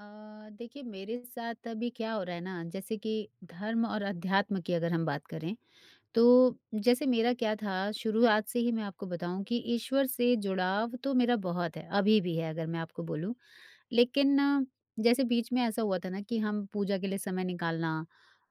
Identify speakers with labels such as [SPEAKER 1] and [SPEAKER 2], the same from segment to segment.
[SPEAKER 1] अ, देखिए मेरे साथ अभी क्या हो रहा है ना, जैसे कि धर्म और अध्यात्म की अगर हम बात करें तो जैसे मेरा क्या था। शुरुआत से ही मैं आपको बताऊँ कि ईश्वर से जुड़ाव तो मेरा बहुत है, अभी भी है अगर मैं आपको बोलूँ। लेकिन जैसे बीच में ऐसा हुआ था ना कि हम पूजा के लिए समय निकालना,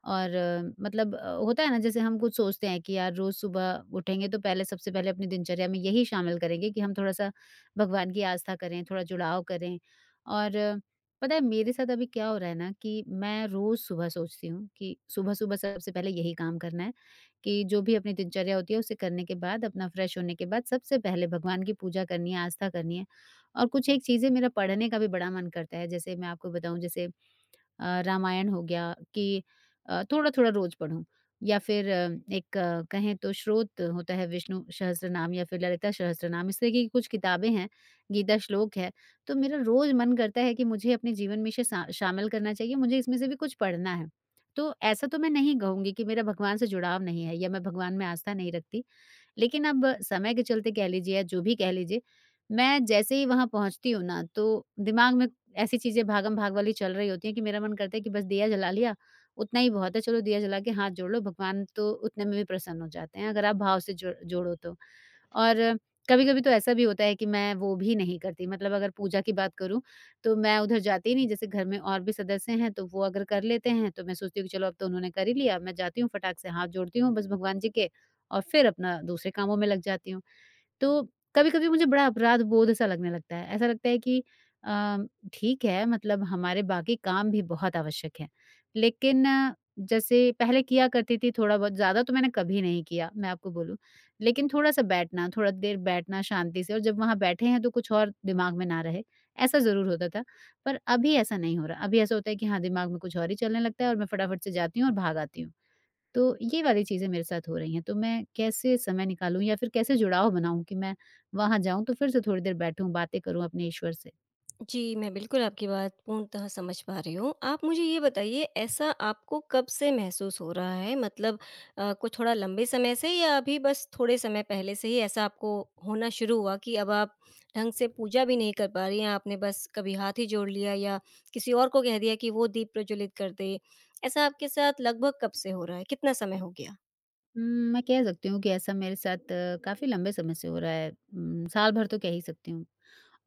[SPEAKER 1] और मतलब होता है ना, जैसे हम कुछ सोचते हैं कि यार रोज़ सुबह उठेंगे तो पहले सबसे पहले अपनी दिनचर्या में यही शामिल करेंगे कि हम थोड़ा-सा भगवान की आस्था करें, थोड़ा जुड़ाव करें। और पता है मेरे साथ अभी क्या हो रहा है ना, कि मैं रोज़ सुबह सोचती हूँ कि सुबह-सुबह सबसे पहले यही काम करना है। कि जो भी अपनी दिनचर्या होती है उसे करने के बाद, अपना फ्रेश होने के बाद सबसे पहले भगवान की पूजा करनी है, आस्था करनी है। और कुछ एक चीज़ें मेरा पढ़ने का भी बड़ा मन करता है। जैसे मैं आपको बताऊँ, जैसे रामायण हो गया, कि थोड़ा-थोड़ा रोज़ पढूँ, या फिर एक कहें तो स्रोत होता है विष्णु सहस्त्रनाम या फिर ललिता सहस्त्रनाम, इस तरह की कुछ किताबें हैं, गीता श्लोक है, तो मेरा रोज़ मन करता है कि मुझे अपने जीवन में इसे शा शामिल करना चाहिए, मुझे इसमें से भी कुछ पढ़ना है। तो ऐसा तो मैं नहीं कहूँगी कि मेरा भगवान से जुड़ाव नहीं है या मैं भगवान में आस्था नहीं रखती। लेकिन अब समय के चलते कह लीजिए या जो भी कह लीजिए, मैं जैसे ही वहाँ पहुँचती हूँ ना, तो दिमाग में ऐसी चीज़ें भागम-भाग वाली चल रही होती हैं कि मेरा मन करता है कि बस दिया जला लिया, उतना ही बहुत है, चलो दिया जला के हाथ जोड़ लो, भगवान तो उतने में भी प्रसन्न हो जाते हैं, अगर आप भाव से जो जोड़ो तो। और कभी-कभी तो ऐसा भी होता है कि मैं वो भी नहीं करती, मतलब अगर पूजा की बात करूँ, तो मैं उधर जाती ही नहीं, जैसे घर में और भी सदस्य हैं, तो वो अगर कर लेते हैं, तो मैं सोचती हूँ कि चलो अब तो उन्होंने कर ही लिया, मैं जाती हूँ फटाक से हाथ जोड़ती हूँ बस भगवान जी के, और फिर अपना दूसरे कामों में लग जाती हूँ। तो कभी-कभी मुझे बड़ा अपराध बोध सा लगने लगता है। ऐसा लगता है कि अ, ठीक है, मतलब हमारे बाकी काम भी बहुत आवश्यक हैं। लेकिन जैसे पहले किया करती थी थोड़ा बहुत, ज़्यादा तो मैंने कभी नहीं किया, मैं आपको बोलूँ। लेकिन थोड़ा-सा बैठना, थोड़ा देर बैठना शांति से और जब वहाँ बैठे हैं तो कुछ और दिमाग में ना रहे, ऐसा ज़रूर होता था। पर अभी ऐसा नहीं हो रहा। अभी ऐसा होता है कि हाँ, दिमाग में कुछ और ही चलने लगता है, और मैं फटाफट से जाती हूँ और भाग आती हूँ। तो ये वाली चीज़ें मेरे साथ हो रही हैं, तो मैं कैसे समय निकालूँ या फिर कैसे जुड़ाव बनाऊँ कि मैं वहाँ जाऊँ तो फिर से थोड़ी देर बैठूँ, बातें करूँ अपने ईश्वर से?
[SPEAKER 2] जी, मैं बिल्कुल आपकी बात पूर्णतः समझ पा रही हूँ। आप मुझे ये बताइए ऐसा आपको कब से महसूस हो रहा है? मतलब कुछ थोड़ा लंबे समय से या अभी बस थोड़े समय पहले से ही ऐसा आपको होना शुरू हुआ कि अब आप ढंग से पूजा भी नहीं कर पा रही हैं, आपने बस कभी हाथ ही जोड़ लिया या किसी और को कह दिया कि वो दीप प्रज्वलित कर दे। ऐसा आपके साथ लगभग कब से हो रहा है? कितना समय हो गया?
[SPEAKER 1] हुँ, मैं कह सकती हूँ कि ऐसा मेरे साथ काफ़ी लंबे समय से हो रहा है। साल भर तो कह ही सकती हूँ।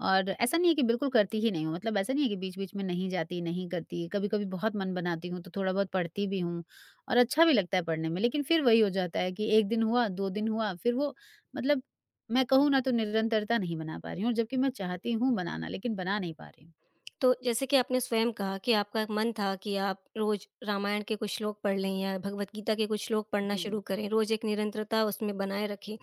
[SPEAKER 1] और ऐसा नहीं है कि बिल्कुल करती ही नहीं हूँ, मतलब ऐसा नहीं है कि बीच-बीच में नहीं जाती, नहीं करती। कभी-कभी बहुत मन बनाती हूँ तो थोड़ा बहुत पढ़ती भी हूँ, और अच्छा भी लगता है पढ़ने में। लेकिन फिर वही हो जाता है कि 1 दिन हुआ, 2 दिन हुआ, फिर वो मतलब, मैं कहूँ ना तो निरंतरता नहीं बना पा रही हूँ, और जबकि मैं चाहती हूँ बनाना, लेकिन बना नहीं पा रही हूँ।
[SPEAKER 2] तो जैसे कि आपने स्वयं कहा कि आपका मन था कि आप रोज रामायण के कुछ श्लोक पढ़ लें या भगवत गीता के कुछ श्लोक पढ़ना
[SPEAKER 1] जी।
[SPEAKER 2] शुरू करें, रोज एक निरंतरता उसमें बनाए रखें।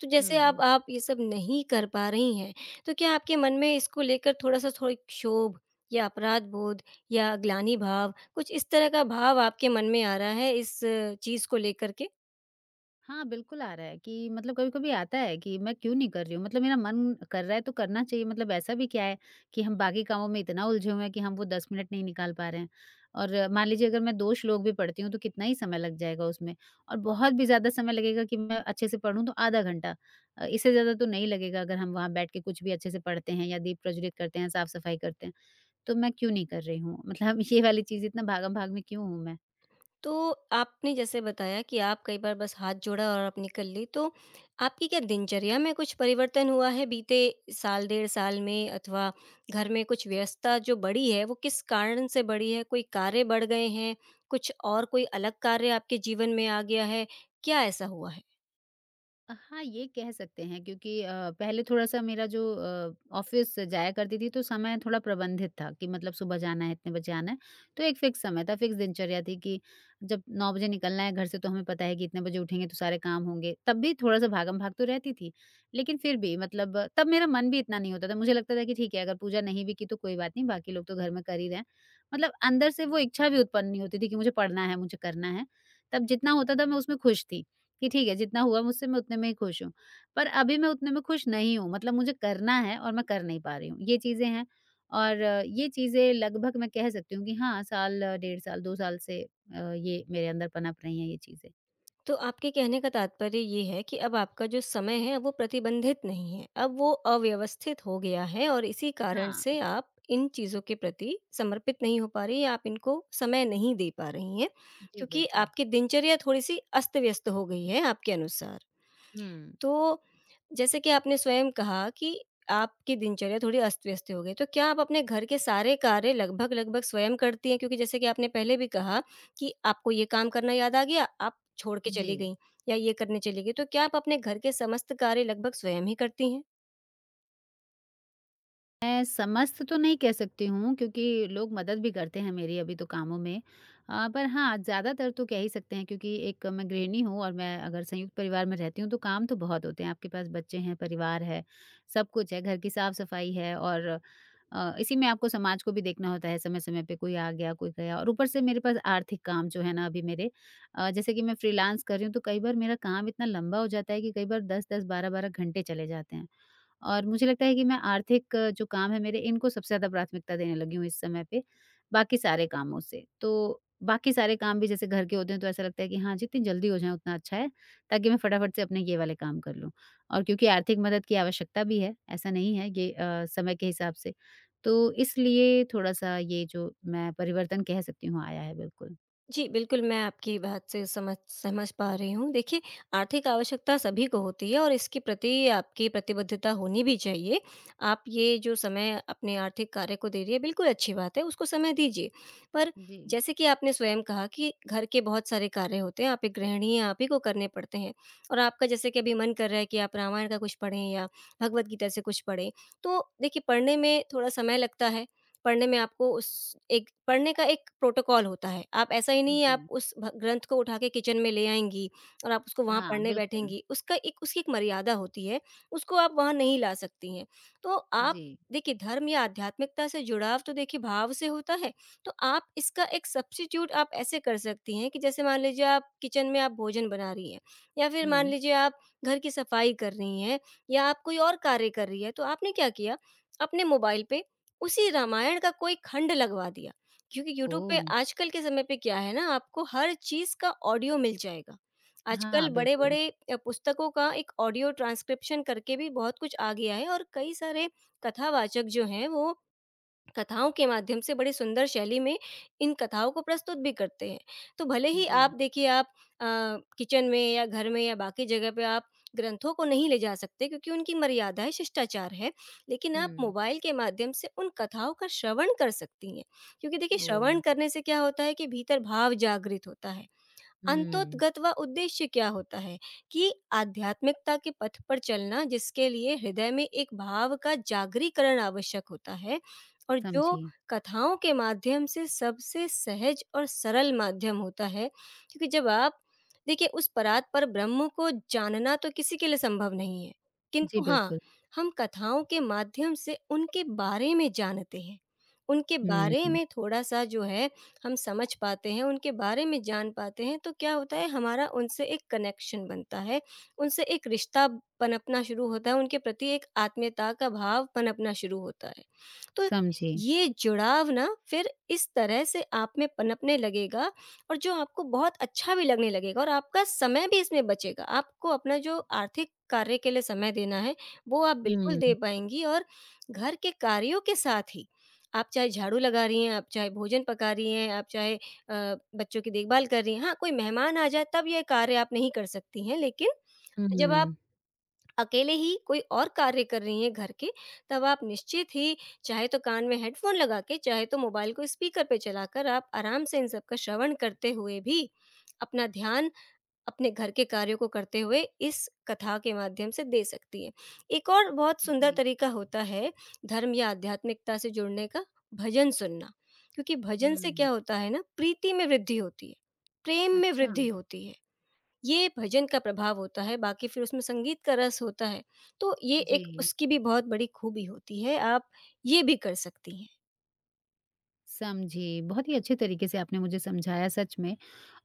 [SPEAKER 2] तो जैसे अब
[SPEAKER 1] हुँ।
[SPEAKER 2] आप ये सब नहीं कर पा रही हैं, तो क्या आपके मन में इसको लेकर थोड़ा-सा थोड़ी क्षोभ या अपराध बोध या ग्लानि भाव, कुछ इस तरह का भाव आपके मन में आ रहा है इस चीज़ को लेकर के?
[SPEAKER 1] हाँ, बिल्कुल आ रहा है, कि मतलब कभी-कभी आता है कि मैं क्यों नहीं कर रही हूँ? मतलब मेरा मन कर रहा है तो करना चाहिए, मतलब ऐसा भी क्या है कि हम बाकी कामों में इतना उलझे हुए हैं कि हम वो 10 मिनट नहीं निकाल पा रहे हैं। और मान लीजिए अगर मैं 2 श्लोक भी पढ़ती हूँ तो कितना ही समय लग जाएगा उसमें, और बहुत भी ज़्यादा समय लगेगा कि मैं अच्छे से पढ़ूँ तो आधा घंटा। इससे ज़्यादा तो नहीं लगेगा अगर हम वहाँ बैठ के कुछ भी अच्छे से पढ़ते हैं या दीप प्रज्वलित करते हैं, साफ-सफाई करते हैं। तो मैं क्यों नहीं कर रही हूँ? मतलब ये वाली चीज़, इतना भागम-भाग में क्यों हूँ मैं?
[SPEAKER 2] तो आपने जैसे बताया कि आप कई बार बस हाथ जोड़ा और आप निकल ली, तो आपकी क्या दिनचर्या में कुछ परिवर्तन हुआ है बीते साल डेढ़ साल में, अथवा घर में कुछ व्यस्तता जो बढ़ी है वो किस कारण से बढ़ी है? कोई कार्य बढ़ गए हैं? कुछ और कोई अलग कार्य आपके जीवन में आ गया है? क्या ऐसा हुआ है?
[SPEAKER 1] हाँ, ये कह सकते हैं क्योंकि पहले थोड़ा-सा मेरा जो ऑफ़िस जाया करती थी तो समय थोड़ा प्रबंधित था, कि मतलब सुबह जाना है, इतने बजे आना है। तो एक फ़िक्स समय था, फ़िक्स दिनचर्या थी कि जब 9 बजे निकलना है घर से तो हमें पता है कि इतने बजे उठेंगे तो सारे काम होंगे। तब भी थोड़ा-सा भागम-भाग तो रहती थी। लेकिन फिर भी मतलब तब मेरा मन भी इतना नहीं होता था। मुझे लगता था कि ठीक है, अगर पूजा नहीं भी की तो कोई बात नहीं, बाकी लोग तो घर में कर ही रहे हैं। मतलब अंदर से वो इच्छा भी उत्पन्न नहीं होती थी कि मुझे पढ़ना है, मुझे करना है। तब जितना होता था मैं उसमें खुश थी। कि ठीक है, जितना हुआ मुझसे मैं उतने में ही खुश हूँ। पर अभी मैं उतने में खुश नहीं हूँ, मतलब मुझे करना है और मैं कर नहीं पा रही हूँ, ये चीज़ें हैं। और ये चीज़ें लगभग मैं कह सकती हूँ कि हाँ, साल डेढ़ साल 2 साल से ये मेरे अंदर पनप रही हैं ये चीज़ें।
[SPEAKER 2] तो आपके कहने का तात्पर्य ये है कि अब आपका जो समय है वो प्रतिबंधित नहीं है। अब वो अव्यवस्थित हो गया है और इसी कारण
[SPEAKER 1] हाँ।
[SPEAKER 2] से आप इन चीज़ों के प्रति समर्पित नहीं हो पा रही हैं, आप इनको समय नहीं दे पा रही हैं,
[SPEAKER 1] जी,
[SPEAKER 2] क्योंकि
[SPEAKER 1] बिल्कुल।
[SPEAKER 2] आपकी दिनचर्या थोड़ी-सी अस्त-व्यस्त हो गई है आपके अनुसार।
[SPEAKER 1] हुँ,
[SPEAKER 2] तो जैसे कि आपने स्वयं कहा कि आपकी दिनचर्या थोड़ी अस्त-व्यस्त हो गई, तो क्या आप अपने घर के सारे कार्य लगभग-लगभग स्वयं करती हैं? क्योंकि जैसे कि आपने पहले भी कहा कि आपको ये काम करना याद आ गया, आप छोड़ के
[SPEAKER 1] जी।
[SPEAKER 2] चली गईं या ये करने चली गईं। तो क्या आप अपने घर के समस्त कार्य लगभग स्वयं ही करती हैं?
[SPEAKER 1] मैं समस्त तो नहीं कह सकती हूँ क्योंकि लोग मदद भी करते हैं मेरी अभी तो कामों में। पर हाँ, ज़्यादातर तो कह ही सकते हैं क्योंकि एक मैं गृहिणी हूँ, और मैं अगर संयुक्त परिवार में रहती हूँ तो काम तो बहुत होते हैं। आपके पास बच्चे हैं, परिवार है, सब कुछ है, घर की साफ-सफाई है, और इसी में आपको समाज को भी देखना होता है, समय-समय पे कोई आ गया, कोई गया, और ऊपर से मेरे पास आर्थिक काम जो है ना, अभी मेरे जैसे कि मैं फ्रीलांस कर रही हूँ तो कई बार मेरा काम इतना लंबा हो जाता है कि कई बार 10-10, 12-12 घंटे चले जाते हैं। और मुझे लगता है कि मैं आर्थिक जो काम है मेरे, इनको सबसे ज़्यादा प्राथमिकता देने लगी हूँ इस समय पे, बाकी सारे कामों से। तो बाकी सारे काम भी जैसे घर के होते हैं तो ऐसा लगता है कि हाँ, जितनी जल्दी हो जाएँ उतना अच्छा है, ताकि मैं फटाफट से अपने ये वाले काम कर लूँ। और क्योंकि आर्थिक मदद की आवश्यकता भी है, ऐसा नहीं है ये समय के हिसाब से। तो इसलिए थोड़ा-सा ये जो मैं परिवर्तन कह सकती हूँ आया है, बिल्कुल।
[SPEAKER 2] जी, बिल्कुल, मैं आपकी बात से समझ समझ पा रही हूँ। देखिए, आर्थिक आवश्यकता सभी को होती है और इसके प्रति आपकी प्रतिबद्धता होनी भी चाहिए। आप ये जो समय अपने आर्थिक कार्य को दे रही हैं, बिल्कुल अच्छी बात है, उसको समय दीजिए। पर
[SPEAKER 1] जी,
[SPEAKER 2] जैसे कि आपने स्वयं कहा कि घर के बहुत सारे कार्य होते हैं, आप एक गृहिणी हैं, आप ही को करने पड़ते हैं, और आपका जैसे कि अभी मन कर रहा है कि आप रामायण का कुछ पढ़ें या भगवद गीता से कुछ पढ़ें। तो देखिए, पढ़ने में थोड़ा समय लगता है। पढ़ने में आपको, उस एक पढ़ने का एक प्रोटोकॉल होता है। आप, ऐसा ही नहीं है
[SPEAKER 1] जी।
[SPEAKER 2] आप उस भ ग्रंथ को उठा के किचन में ले आएँगी और आप उसको वहाँ
[SPEAKER 1] हाँ,
[SPEAKER 2] पढ़ने
[SPEAKER 1] बिल्कुल।
[SPEAKER 2] बैठेंगी। उसका एक उसकी एक मर्यादा होती है, उसको आप वहाँ नहीं ला सकती हैं। तो आप
[SPEAKER 1] जी।
[SPEAKER 2] देखिए, धर्म या आध्यात्मिकता से जुड़ाव तो देखिए भाव से होता है, तो आप इसका एक सब्स्टिट्यूट आप ऐसे कर सकती हैं कि जैसे मान लीजिए आप किचन में आप भोजन बना रही हैं, या फिर मान
[SPEAKER 1] हुँ।
[SPEAKER 2] लीजिए आप घर की सफाई कर रही हैं, या आप कोई और कार्य कर रही हैं, तो आपने क्या किया, अपने मोबाइल पे उसी रामायण का कोई खंड लगवा दिया, क्योंकि यूट्यूब पे
[SPEAKER 1] ओह!
[SPEAKER 2] आजकल के समय पे क्या है ना, आपको हर चीज़ का ऑडियो मिल जाएगा। आजकल
[SPEAKER 1] हाँ, बिल्कुल।
[SPEAKER 2] बड़े-बड़े पुस्तकों का एक ऑडियो ट्रांसक्रिप्शन करके भी बहुत कुछ आ गया है, और कई सारे कथावाचक जो हैं वो कथाओं के माध्यम से बड़ी सुंदर शैली में इन कथाओं को प्रस्तुत भी करते हैं। तो भले ही
[SPEAKER 1] जी।
[SPEAKER 2] आप देखिए, आप अ, किचन में या घर में या बाकी जगह पे आप ग्रंथों को नहीं ले जा सकते, क्योंकि उनकी मर्यादा है, शिष्टाचार है। लेकिन आप
[SPEAKER 1] हुँ।
[SPEAKER 2] मोबाइल के माध्यम से उन कथाओं का श्रवण कर सकती हैं। क्योंकि देखिए, श्रवण
[SPEAKER 1] ओह!
[SPEAKER 2] करने से क्या होता है कि भीतर भाव जागृत होता है।
[SPEAKER 1] हुँ,
[SPEAKER 2] अंतोतगत व उद्देश्य क्या होता है कि आध्यात्मिकता के पथ पर चलना, जिसके लिए हृदय में एक भाव का जागरीकरण आवश्यक होता है, और जो
[SPEAKER 1] समझी।
[SPEAKER 2] कथाओं के माध्यम से सबसे सहज और सरल माध्यम होता है। क्योंकि जब आप देखिए, उस परात पर ब्रह्म को जानना तो किसी के लिए संभव नहीं है,
[SPEAKER 1] जी,
[SPEAKER 2] किंतु हाँ,
[SPEAKER 1] बिल्कुल।
[SPEAKER 2] हम कथाओं के माध्यम से उनके बारे में जानते हैं, उनके बारे
[SPEAKER 1] हुँ,
[SPEAKER 2] में थोड़ा सा जो है हम समझ पाते हैं, उनके बारे में जान पाते हैं, तो क्या होता है हमारा उनसे एक कनेक्शन बनता है, उनसे एक रिश्ता पनपना शुरू होता है, उनके प्रति एक आत्मीयता का भाव पनपना शुरू होता है। तो
[SPEAKER 1] समझी।
[SPEAKER 2] ये जुड़ाव ना फिर इस तरह से आप में पनपने लगेगा, और जो आपको बहुत अच्छा भी लगने लगेगा, और आपका समय भी इसमें बचेगा। आपको अपना जो आर्थिक कार्य के लिए समय देना है, वो आप बिल्कुल
[SPEAKER 1] हुँ,
[SPEAKER 2] दे पाएँगी, और घर के कार्यों के साथ ही आप चाहे झाड़ू लगा रही हैं, आप चाहे भोजन पका रही हैं, आप चाहे बच्चों की देखभाल कर रही हैं। हाँ, कोई मेहमान आ जाए तब ये कार्य आप नहीं कर सकती हैं, लेकिन जब आप
[SPEAKER 1] हुँ,
[SPEAKER 2] अकेले ही कोई और कार्य कर रही हैं घर के, तब आप निश्चित ही, चाहे तो कान में हेडफ़ोन लगा के, चाहे तो मोबाइल को स्पीकर पे चलाकर, आप आराम से इन सब का श्रवण करते हुए भी अपना ध्यान अपने घर के कार्यों को करते हुए इस कथा के माध्यम से दे सकती है। एक और बहुत सुंदर
[SPEAKER 1] जी,
[SPEAKER 2] तरीका होता है धर्म या आध्यात्मिकता से जुड़ने का, भजन सुनना। क्योंकि भजन से क्या
[SPEAKER 1] हुँ,
[SPEAKER 2] होता है ना, प्रीति में वृद्धि होती है, प्रेम में
[SPEAKER 1] अच्छा,
[SPEAKER 2] वृद्धि होती है। ये भजन का प्रभाव होता है, बाकी फिर उसमें संगीत का रस होता है। तो ये एक
[SPEAKER 1] जी।
[SPEAKER 2] उसकी भी बहुत बड़ी खूबी होती है, आप ये भी कर सकती हैं।
[SPEAKER 1] समझी। बहुत ही अच्छे तरीके से आपने मुझे समझाया, सच में।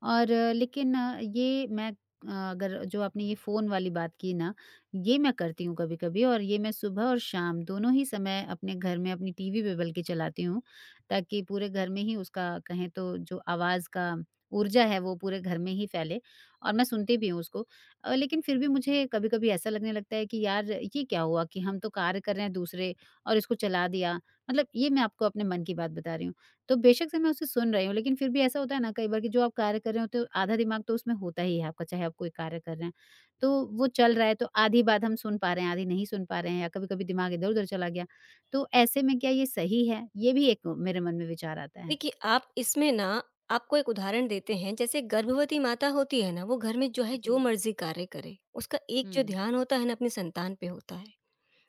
[SPEAKER 1] और लेकिन ये मैं, अगर जो आपने ये फ़ोन वाली बात की ना, ये मैं करती हूँ कभी-कभी, और ये मैं सुबह और शाम दोनों ही समय अपने घर में अपनी टीवी पे बल्कि चलाती हूँ, ताकि पूरे घर में ही उसका, कहें तो, जो आवाज़ का ऊर्जा है वो पूरे घर में ही फैले, और मैं सुनती भी हूँ उसको। लेकिन फिर भी मुझे कभी-कभी ऐसा लगने लगता है कि यार ये क्या हुआ कि हम तो कार्य कर रहे हैं दूसरे, और इसको चला दिया। मतलब ये मैं आपको अपने मन की बात बता रही हूँ। तो बेशक से मैं उसे सुन रही हूँ, लेकिन फिर भी ऐसा होता है ना कई बार कि जो आप कार्य कर रहे होते हो, आधा दिमाग तो उसमें होता ही है आपका, चाहे आप कोई कार्य कर रहे हैं। तो वो चल रहा है, तो आधी बात हम सुन पा रहे हैं, आधी नहीं सुन पा रहे हैं, या कभी-कभी दिमाग इधर-उधर चला गया। तो ऐसे में क्या ये सही है? ये भी एक मेरे मन में विचार आता है।
[SPEAKER 2] देखिए, आप इसमें ना, आपको एक उदाहरण देते हैं, जैसे गर्भवती माता होती है ना, वो घर में जो है जो
[SPEAKER 1] जी।
[SPEAKER 2] मर्ज़ी कार्य करे, उसका एक जो
[SPEAKER 1] हुँ।
[SPEAKER 2] ध्यान होता है ना अपनी संतान पे होता है।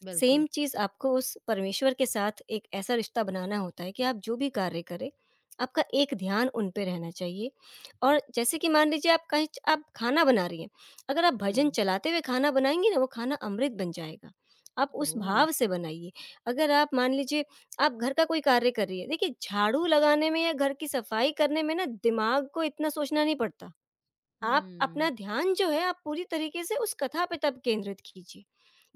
[SPEAKER 1] बिल्कुल।
[SPEAKER 2] सेम चीज़ आपको उस परमेश्वर के साथ एक ऐसा रिश्ता बनाना होता है कि आप जो भी कार्य करें, आपका एक ध्यान उन पे रहना चाहिए, और जैसे कि मान लीजिए आप कहीं, आप खाना बना रही हैं, अगर आप भजन
[SPEAKER 1] हुँ।
[SPEAKER 2] चलाते हुए खाना बनाएँगी ना, वो खाना अमृत बन जाएगा। आप उस
[SPEAKER 1] ओह!
[SPEAKER 2] भाव से बनाइए। अगर आप मान लीजिए आप घर का कोई कार्य कर रही हैं, देखिए, झाड़ू लगाने में या घर की सफाई करने में ना, दिमाग को इतना सोचना नहीं पड़ता। आप अपना
[SPEAKER 1] हुँ।
[SPEAKER 2] ध्यान जो है आप पूरी तरीके से उस कथा पे तब केंद्रित कीजिए।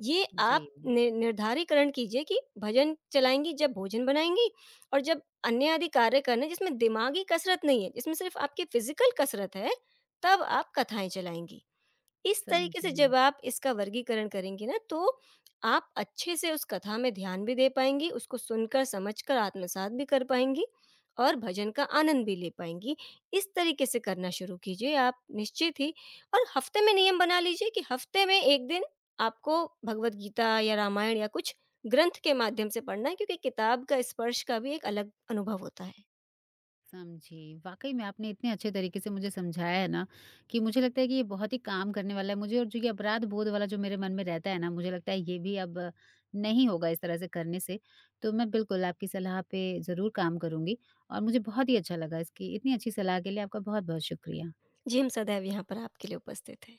[SPEAKER 2] ये
[SPEAKER 1] जी।
[SPEAKER 2] आप नि निर्धारीकरण कीजिए कि भजन चलाएँगी जब भोजन बनाएँगी, और जब अन्य आदि कार्य करने जिसमें दिमागी कसरत नहीं है, जिसमें सिर्फ़ आपकी फ़िज़िकल कसरत है, तब आप कथाएँ चलाएँगी। इस तरीके से
[SPEAKER 1] समझी।
[SPEAKER 2] जब आप इसका वर्गीकरण करेंगी ना, तो आप अच्छे से उस कथा में ध्यान भी दे पाएँगी, उसको सुनकर समझकर आत्मसात भी कर पाएँगी, और भजन का आनंद भी ले पाएँगी। इस तरीके से करना शुरू कीजिए आप निश्चित ही, और हफ्ते में नियम बना लीजिए कि हफ्ते में 1 दिन आपको भगवद गीता या रामायण या कुछ ग्रंथ के माध्यम से पढ़ना है, क्योंकि किताब का स्पर्श का भी एक अलग अनुभव होता है।
[SPEAKER 1] समझी। वाक़ई में आपने इतने अच्छे तरीके से मुझे समझाया है ना, कि मुझे लगता है कि ये बहुत ही काम करने वाला है मुझे, और जो ये अपराध बोध वाला जो मेरे मन में रहता है ना, मुझे लगता है ये भी अब नहीं होगा इस तरह से करने से। तो मैं बिल्कुल आपकी सलाह पे ज़रूर काम करूँगी, और मुझे बहुत ही अच्छा लगा, इसकी इतनी अच्छी सलाह के लिए आपका बहुत-बहुत शुक्रिया।
[SPEAKER 2] जी, हम सदैव यहाँ पर आपके लिए उपस्थित हैं।